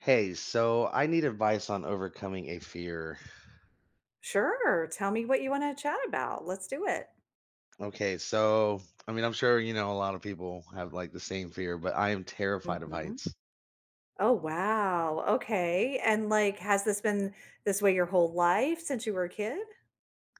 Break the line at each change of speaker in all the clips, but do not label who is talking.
Hey, so I need advice on overcoming a fear.
Sure. Tell me what you wanna chat about. Let's do it.
Okay, so I mean, I'm sure you know a lot of people have like the same fear, but I am terrified of
Mhm.
heights.
Oh, wow. Okay, and, like, has this been this way your whole life since you were a kid?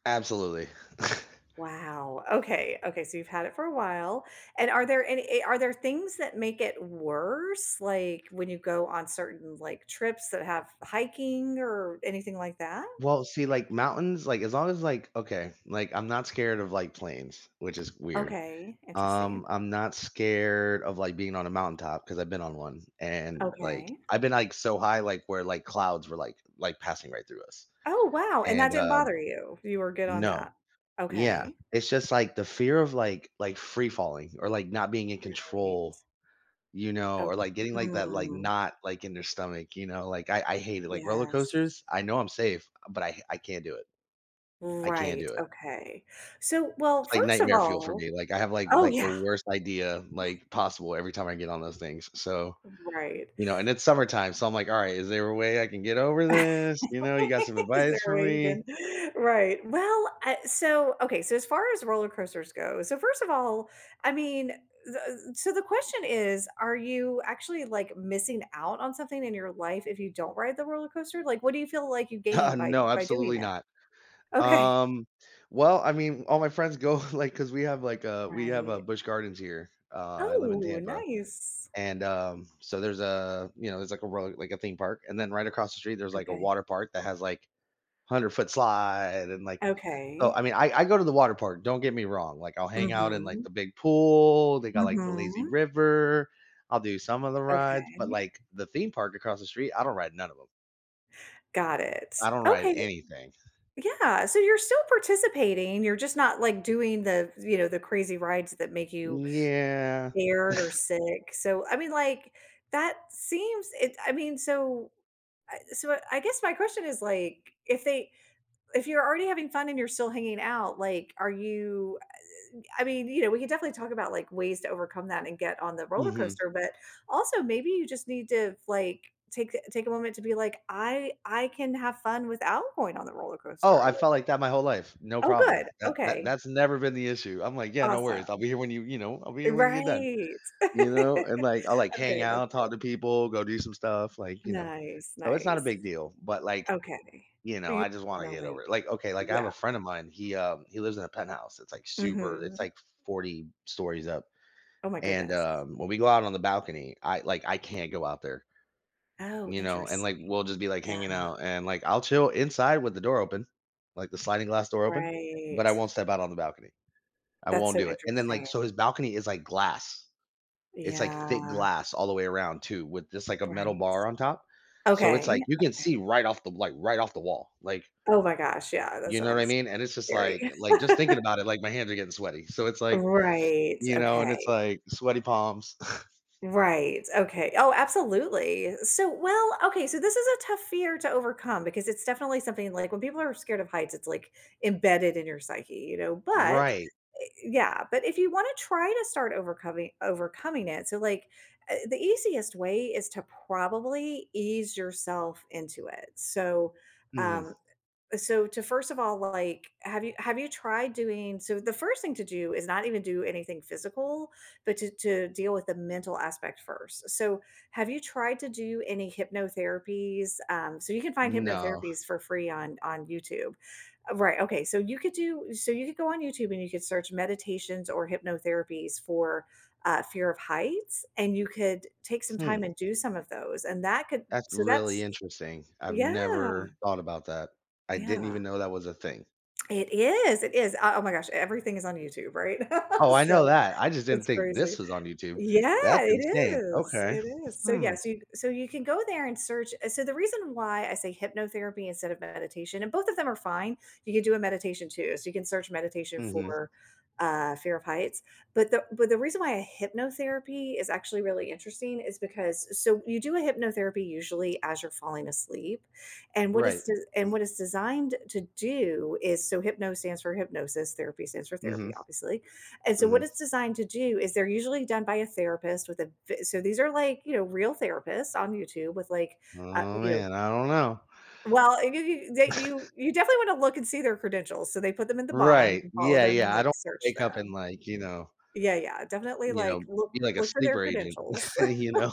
Absolutely.
Wow. Okay, okay, so you've had it for a while, and are there any are there things that make it worse, like, when you go on certain, like, trips that have hiking or anything like that?
Well, see, like mountains, like as long as like okay, like I'm not scared of like planes, which is weird.
Okay, interesting.
I'm not scared of like being on a mountaintop because I've been on one and like
Okay.
I've been like so high like where like clouds were like passing right through us.
Oh, wow, and that
And
didn't bother you? You were good on
no.
that.
Yeah,
Okay.
it's just like the fear of like free falling or like not being in
Right.
control, you know,
Oh,
or like getting like that like
mm,
knot like in their stomach, you know, like I hate it. Like roller
yes.
coasters, I know I'm safe, but I can't do it. I can't
Right,
do it.
okay. So, well,
It's like
first of
nightmare fuel for
all.
me. Like I have like
Oh,
the
yeah,
worst idea like possible every time I get on those things. So
right.
you know, and it's summertime, so I'm like, all right, is there a way I can get over this? You know, you got some
Is
advice
there a
for
way you
me?
can. Right. Well, so okay, so as far as roller coasters go, so first of all, I mean, the so the question is, are you actually, like, missing out on something in your life if you don't ride the roller coaster? Like, what do you feel like you gain by
No,
by doing
absolutely not.
it? Okay.
Um, well, I mean, all my friends go, like, cause we have like we have a
Right.
Busch Gardens here. I live in
Oh,
Tampa,
nice.
and, so there's a you know, there's like a road like a theme park, and then right across the street, there's like a
Okay.
water park that has like 100-foot slide and like so,
Okay.
I mean, I go to the water park, don't get me wrong, like, I'll hang out in like
Mhm,
the big pool, they got like the lazy
mhm,
river, I'll do some of the rides, but
okay,
like the theme park across the street, I don't ride none of them.
got it.
I don't ride
Okay,
anything.
yeah, so you're still participating, you're just not, like, doing the, the crazy rides that make you
Yeah.
scared or sick, so, I mean, like, that seems it I mean, so so I guess my question is, like, if they if you're already having fun and you're still hanging out, like, are you I mean, we could definitely talk about, like, ways to overcome that and get on the roller
Mhm.
coaster, but also maybe you just need to, like, take a moment to be like, I can have fun without going on the roller
Oh,
coaster."
I
Like,
felt like that my whole life, no
"Oh,
problem.
good.
That
Okay.
that's never been the issue. I'm like, "Yeah, no worries. I'll
Awesome."
be here when you know, I'll be here when you get done,"
Right.
you know, and, like, I'll, like, hang
Okay, that's.
out, talk to people, go do some stuff, like, you know.
Nice,
So it's not a
nice.
big deal, but, like,
Okay.
you
But
know,
you
I just wanna
wanna,
get
like.
over it. Like, okay, like, I have
Yeah.
a friend of mine, he lives in a penthouse. It's, like, super it's,
Mhm.
like, 40 stories up,
Oh my
and,
goodness.
when we go out on the balcony, I like, I can't go out there
Oh,
you know, and like
interesting.
we'll just be like
Yeah,
hanging out and like I'll chill inside with the door open, like the sliding glass door open, but
right.
I won't step out on the balcony. I
That's
won't
so
do it. And then like
interesting.
so his balcony is like glass. It's like thick
Yeah,
glass all the way around too, with just like a metal
right.
bar on top. So it's
Okay,
like you can
okay.
see right off the like right off the wall. Like,
Oh my gosh, yeah, that
you know what I
sounds
mean? And it's just
scary.
like just thinking about it, like my hands are getting sweaty. So it's like,
Right,
you know, and it's
okay.
like sweaty palms.
Right, okay. Oh, absolutely. So well, okay, so this is a tough fear to overcome because it's definitely something like when people are scared of heights, it's like embedded in your psyche, you know? But
Right.
yeah, but if you want to try to start overcoming it, so like the easiest way is to probably ease yourself into it. So,
Hmm.
um so to first of all, like, have you tried doing so the first thing to do is not even do anything physical, but to deal with the mental aspect first. So have you tried to do any hypnotherapies? So you can find
No.
hypnotherapies for free on YouTube. Right. Okay. So you could do so you could go on YouTube and you could search meditations or hypnotherapies for fear of heights, and you could take some time
Hmm.
and do some of those. And that could
That's
so
really
that's
interesting. I've
yeah.
never thought about that. I didn't
Yeah.
even know that was a thing.
It is, it is. Oh my gosh, everything is on YouTube, right?
Oh, I know
So,
that. I just didn't
it's
think
crazy.
this was on YouTube.
Yeah,
That's
it
insane.
is,
Okay.
it is. So,
Hmm.
yes, you so you can go there and search so the reason why I say hypnotherapy instead of meditation and both of them are fine, you can do a meditation too, so you can search meditation
Mhm.
for, fear of heights, but the reason why a hypnotherapy is actually really interesting is because so you do a hypnotherapy usually as you're falling asleep, and what is
Right.
des and what it's designed to do is so hypno stands for hypnosis, therapy stands for therapy,
Mhm.
obviously, and so what
Mhm.
it's designed to do is they're usually done by a therapist with a v so these are like, you know, real therapists on YouTube with like,
Oh,
you know
man, I don't know.
well, you they you definitely wanna look and see their credentials, so they put them in the bottom, you
Right.
can follow
Yeah,
them and,
yeah, I
like,
don't
search
wake up and,
them.
like,
Yeah, yeah, definitely,
you know,
like, look
be like a
look for their
sleeper agent,
credentials.
you know?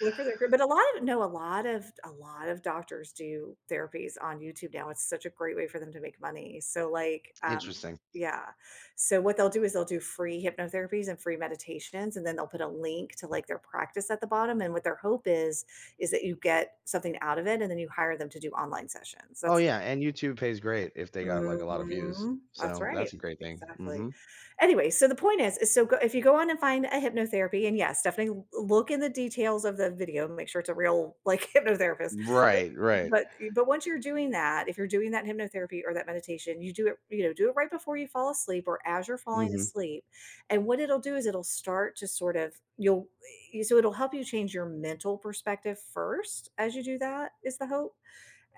Look for their group, but a lot of no, a lot of doctors do therapies on YouTube now, it's such a great way for them to make money, so, like,
Interesting.
yeah, so what they'll do is they'll do free hypnotherapies and free meditations, and then they'll put a link to, like, their practice at the bottom, and what their hope is that you get something out of it, and then you hire them to do online sessions,
Oh,
that's
yeah, and YouTube pays great if they got, like, a lot of views,
mhm. That's
so
right.
that's a great thing.
Exactly.
Mhm.
Anyway, so the point is so go if you go on and find a hypnotherapy and yes, definitely look in the details of the video, make sure it's a real, like, hypnotherapist. But
Right, right.
but but once you're doing that, if you're doing that hypnotherapy or that meditation, you do it you know, do it right before you fall asleep or as you're falling
Mhm.
asleep. And what it'll do is it'll start to sort of you'll y so it'll help you change your mental perspective first as you do that, is the hope.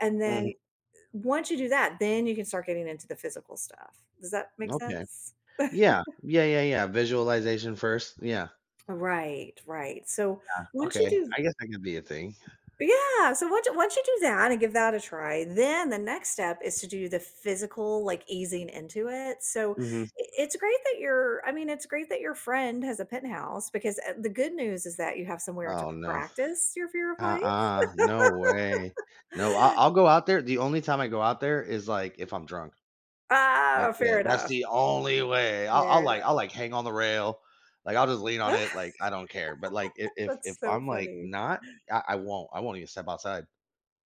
And
Mhm.
then once you do that, then you can start getting into the physical stuff. Does that make
Okay.
sense?
Yeah. Yeah, yeah, yeah, visualization first, yeah.
Right, right. So once you
Okay,
do
I guess that could be a thing.
yeah, so once you do that and give that a try, then the next step is to do the physical like easing into it. So I-
Mhm.
it's great that you're I mean, it's great that your friend has a penthouse because the good news is that you have somewhere to
Oh, no.
practice your fear of heights.
Uh-uh, no way. No, I I'll go out there the only time I go out there is, like, if I'm drunk.
Ah,
That's
fair
it. That's
enough.
the only way.
Fair
I'll,
enough.
like, hang on the rail, like, I'll just lean on it, like, I don't care, but, like, if if
That's
if
so
I'm, like,
funny.
not, I won't even step outside.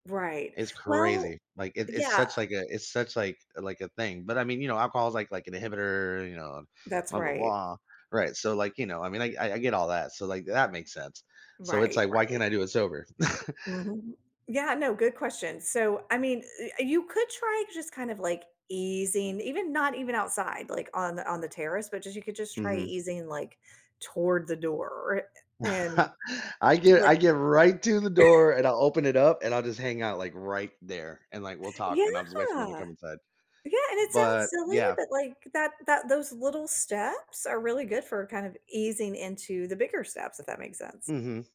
Right.
It's
Well,
crazy. Like, it it's
yeah,
such like a it's such like a thing, but, I mean, you know, alcohol is like an inhibitor, you know,
that's
blah blah
right.
blah. Right, so, like, you know, I mean, I get all that, so, like, that makes sense. So it's
Right,
like, why can't
right.
I do it sober?
Mhm. Yeah, no, good question. So, I mean, you could try just kind of like easing, even not even outside, like on the terrace, but just you could just try
Mhm.
easing like toward the door and
I
like
get right to the door, and I'll open it up, and I'll just hang out, like, right there, and, like, we'll talk,
yeah.
and I'll just wait for them to come inside.
Yeah, and it sounds
But
silly,
yeah.
but like that that those little steps are really good for kind of easing into the bigger steps, if that makes sense.
Mhm.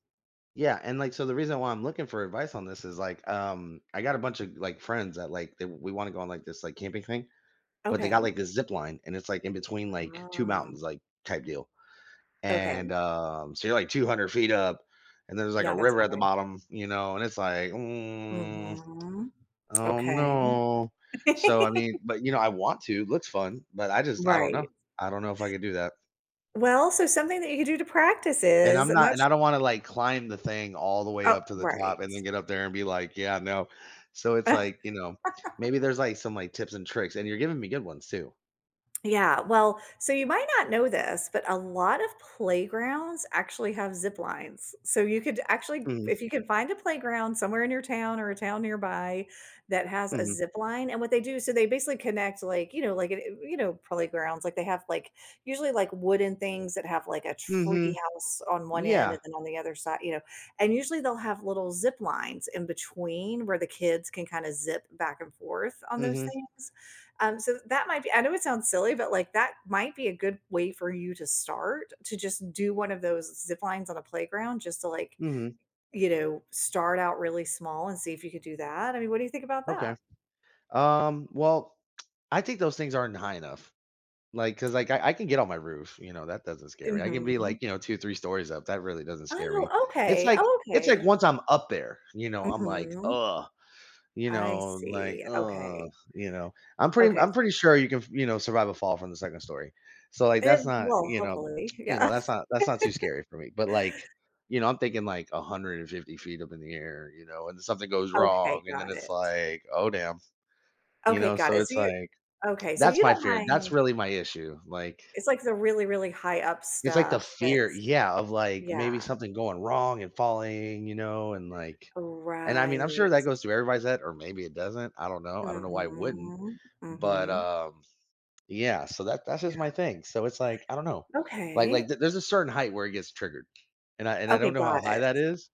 Yeah, and, like, so the reason why I'm looking for advice on this is, like, I got a bunch of, like, friends that, like, they we wanna go on, like, this, like, camping thing, but they got,
Okay.
like, this zip line, and it's, like, in between, like, 2
Ah,
mountains, like, type deal,
okay.
and, so you're, like, 200 feet up, and there's, like, a
Yeah, that's
river at the
high.
bottom, you know, and it's like, "Mm,
Mhm.
oh,
Okay.
no." So, I mean but, you know, I want to, looks fun, but I just I don't know.
Right.
I don't know if I could do that.
Well, so something that you could do to practice
And
is
I'm
I'm
not
not
and
su.
I don't wanna, like, climb the thing all the way
Oh,
up to the top
right.
and then get up there and be like, "Yeah, no." So it's like, you know, maybe there's, like, some, like, tips and tricks, and you're giving me good ones too.
Yeah, well, so you might not know this, but a lot of playgrounds actually have zip lines. So you could actually,
Mhm,
if you can find a playground somewhere in your town or a town nearby that has a
mhm,
zip line, and what they do, so they basically connect, like, you know, like, it- you know, playgrounds, like they have like usually like wooden things that have like a tree
mhm,
house on one end
yeah,
and then on the other side, you know, and usually they'll have little zip lines in between where the kids can kind of zip back and forth on those
mhm,
things. So that might be I know it sounds silly, but, like, that might be a good way for you to start, to just do one of those zip lines on a playground just to, like,
mhm,
you know, start out really small and see if you could do that. I mean, what do you think about
okay.
that?
Well, I think those things aren't high enough. Like, cause like, I can get on my roof, you know, that doesn't scare me. I can be, like,
Mhm.
you know, 2, 3 stories up, that really doesn't scare me.
Oh,
It's
okay.
like
Oh,
it's like
okay.
once I'm up there, you know, I'm like,
Mhm.
"Ugh." You
I
know, like,
see. Okay.
you know, I'm pretty
Okay.
I'm pretty sure you can, you know, survive a fall from the second story. So, like, that's
And
not,
well,
you know
hopefully,
you know,
yeah.
that's not too scary for me. But, like, you know, I'm thinking, like, 150 feet up in the air, you know, and something goes
Okay,
wrong, and then
got
it's
it.
like, "Oh, damn." You
Okay,
know,
got
so
it. So
it's
you
like
okay, so
that's
you
my
don't
fear. That's
mind
really my issue. Like,
it's like the really, really high up
it's like the
stuff
fear
that's
yeah, of, like, maybe
yeah.
something going wrong and falling, you know, and, like and, I mean, I'm sure
Right.
that goes through everybody's head, or maybe it doesn't. I don't know. I don't know why it wouldn't.
Mhm.
But,
Mhm.
yeah, so that's just
Yeah.
my thing. So it's like, I don't know. Like,
Okay.
th there's a certain height where it gets triggered, and I
Okay,
don't know how
got
high that
it.
is,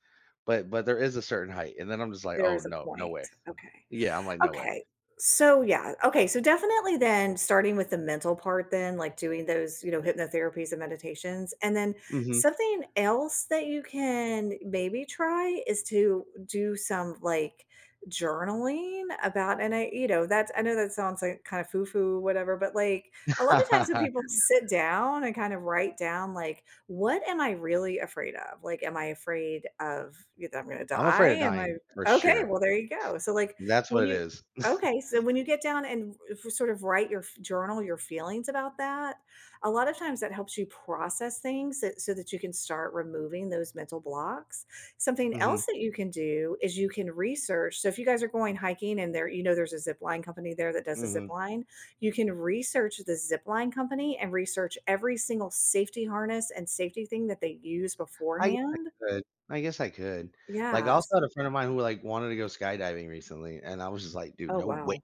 but there is a certain height, and then I'm just like,
There
"Oh,
is a
no, no
point.
way."
Okay.
Yeah, I'm like, "No way."
Okay. So yeah. Okay. So definitely then starting with the mental part then, like doing those, you know, hypnotherapies and meditations. And then
Mhm.
something else that you can maybe try is to do some like journaling about and I, you know, that's I know that sounds like kind of foo-foo, whatever, but like a lot of times when people sit down and kind of write down like, what am I really afraid of? Like, am I afraid of you know, that I'm gonna
I'm
die?
afraid of
Am I
dying for
okay,
sure.
well, there you go. So like
That's
when
what it
you
is.
okay, so when you get down and f sort of write your f journal your feelings about that, a lot of times that helps you process things that so that you can start removing those mental blocks. Something
Mhm,
else that you can do is you can research. So if you guys are going hiking and there you know there's a zip line company there that does a zip
mhm.
line, you can research the zip line company and research every single safety harness and safety thing that they use
I guess I
beforehand.
could. I guess I could. Like, I also
Yes.
had a friend of mine who, like, wanted to go skydiving recently, and I was just like, "Dude,
Oh,
no way."
wow.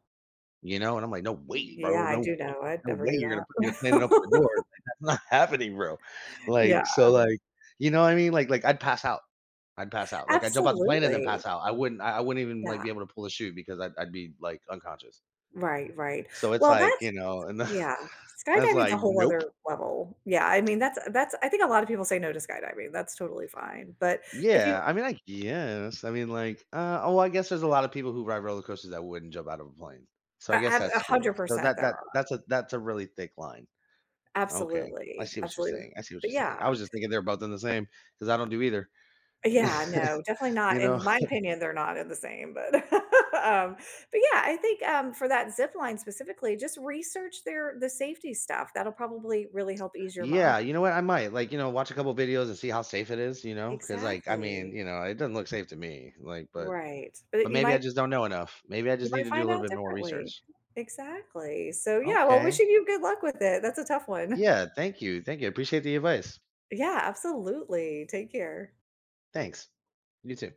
You know? And I'm like, "No way,
Yeah,
bro,
I do know. I'd
no
never
way
do
you're gonna put me in a plane and open the door.
that.
Like, that's not happening, bro.
Yeah.
Like, so, like, you know what I mean? Like, I'd pass out. I'd pass out. Like, I'd jump out the plane and then pass
Absolutely.
out. I wouldn't even, like,
Yeah.
be able to pull the chute because I'd be, like, unconscious.
Right, right.
So it's
Well,
like,
that's
you know, and
yeah.
that's
Skydiving's a
like,
whole
nope.
other level. Yeah, I mean, that's I think a lot of people say no to skydiving. That's totally fine. But if you
Yeah, I mean, I guess. I mean, like, oh, I guess there's a lot of people who ride roller coasters that wouldn't jump out of a plane. So I guess
I- a
that's true. So
100%
that
there
that
are.
that's a really thick line. Okay. I
Absolutely,
see what you're
absolutely.
saying. I see what
But
you're saying. I
yeah.
was just thinking they're both in the same because I don't do either,
Yeah, no, definitely
you
not
know?
in my opinion, they're not in the same, but, um, but yeah, I think, for that zip line specifically, just research their the safety stuff. That'll probably really help ease your mind.
Yeah, you know what? I might like, you know, watch a couple videos and see how safe it is, you know, because like I mean,
Exactly.
you know, it doesn't look safe to me. Like,
Right. But
but
you
maybe I
might
just don't know enough. Maybe I
you
just need
might
to do a
find
little
out
bit more
differently.
research.
Exactly. So, yeah, well,
Okay.
wishing you good luck with it. That's a tough one.
Yeah, thank you. Thank you. Appreciate the advice.
Yeah, absolutely. Take care.
Thanks. You too.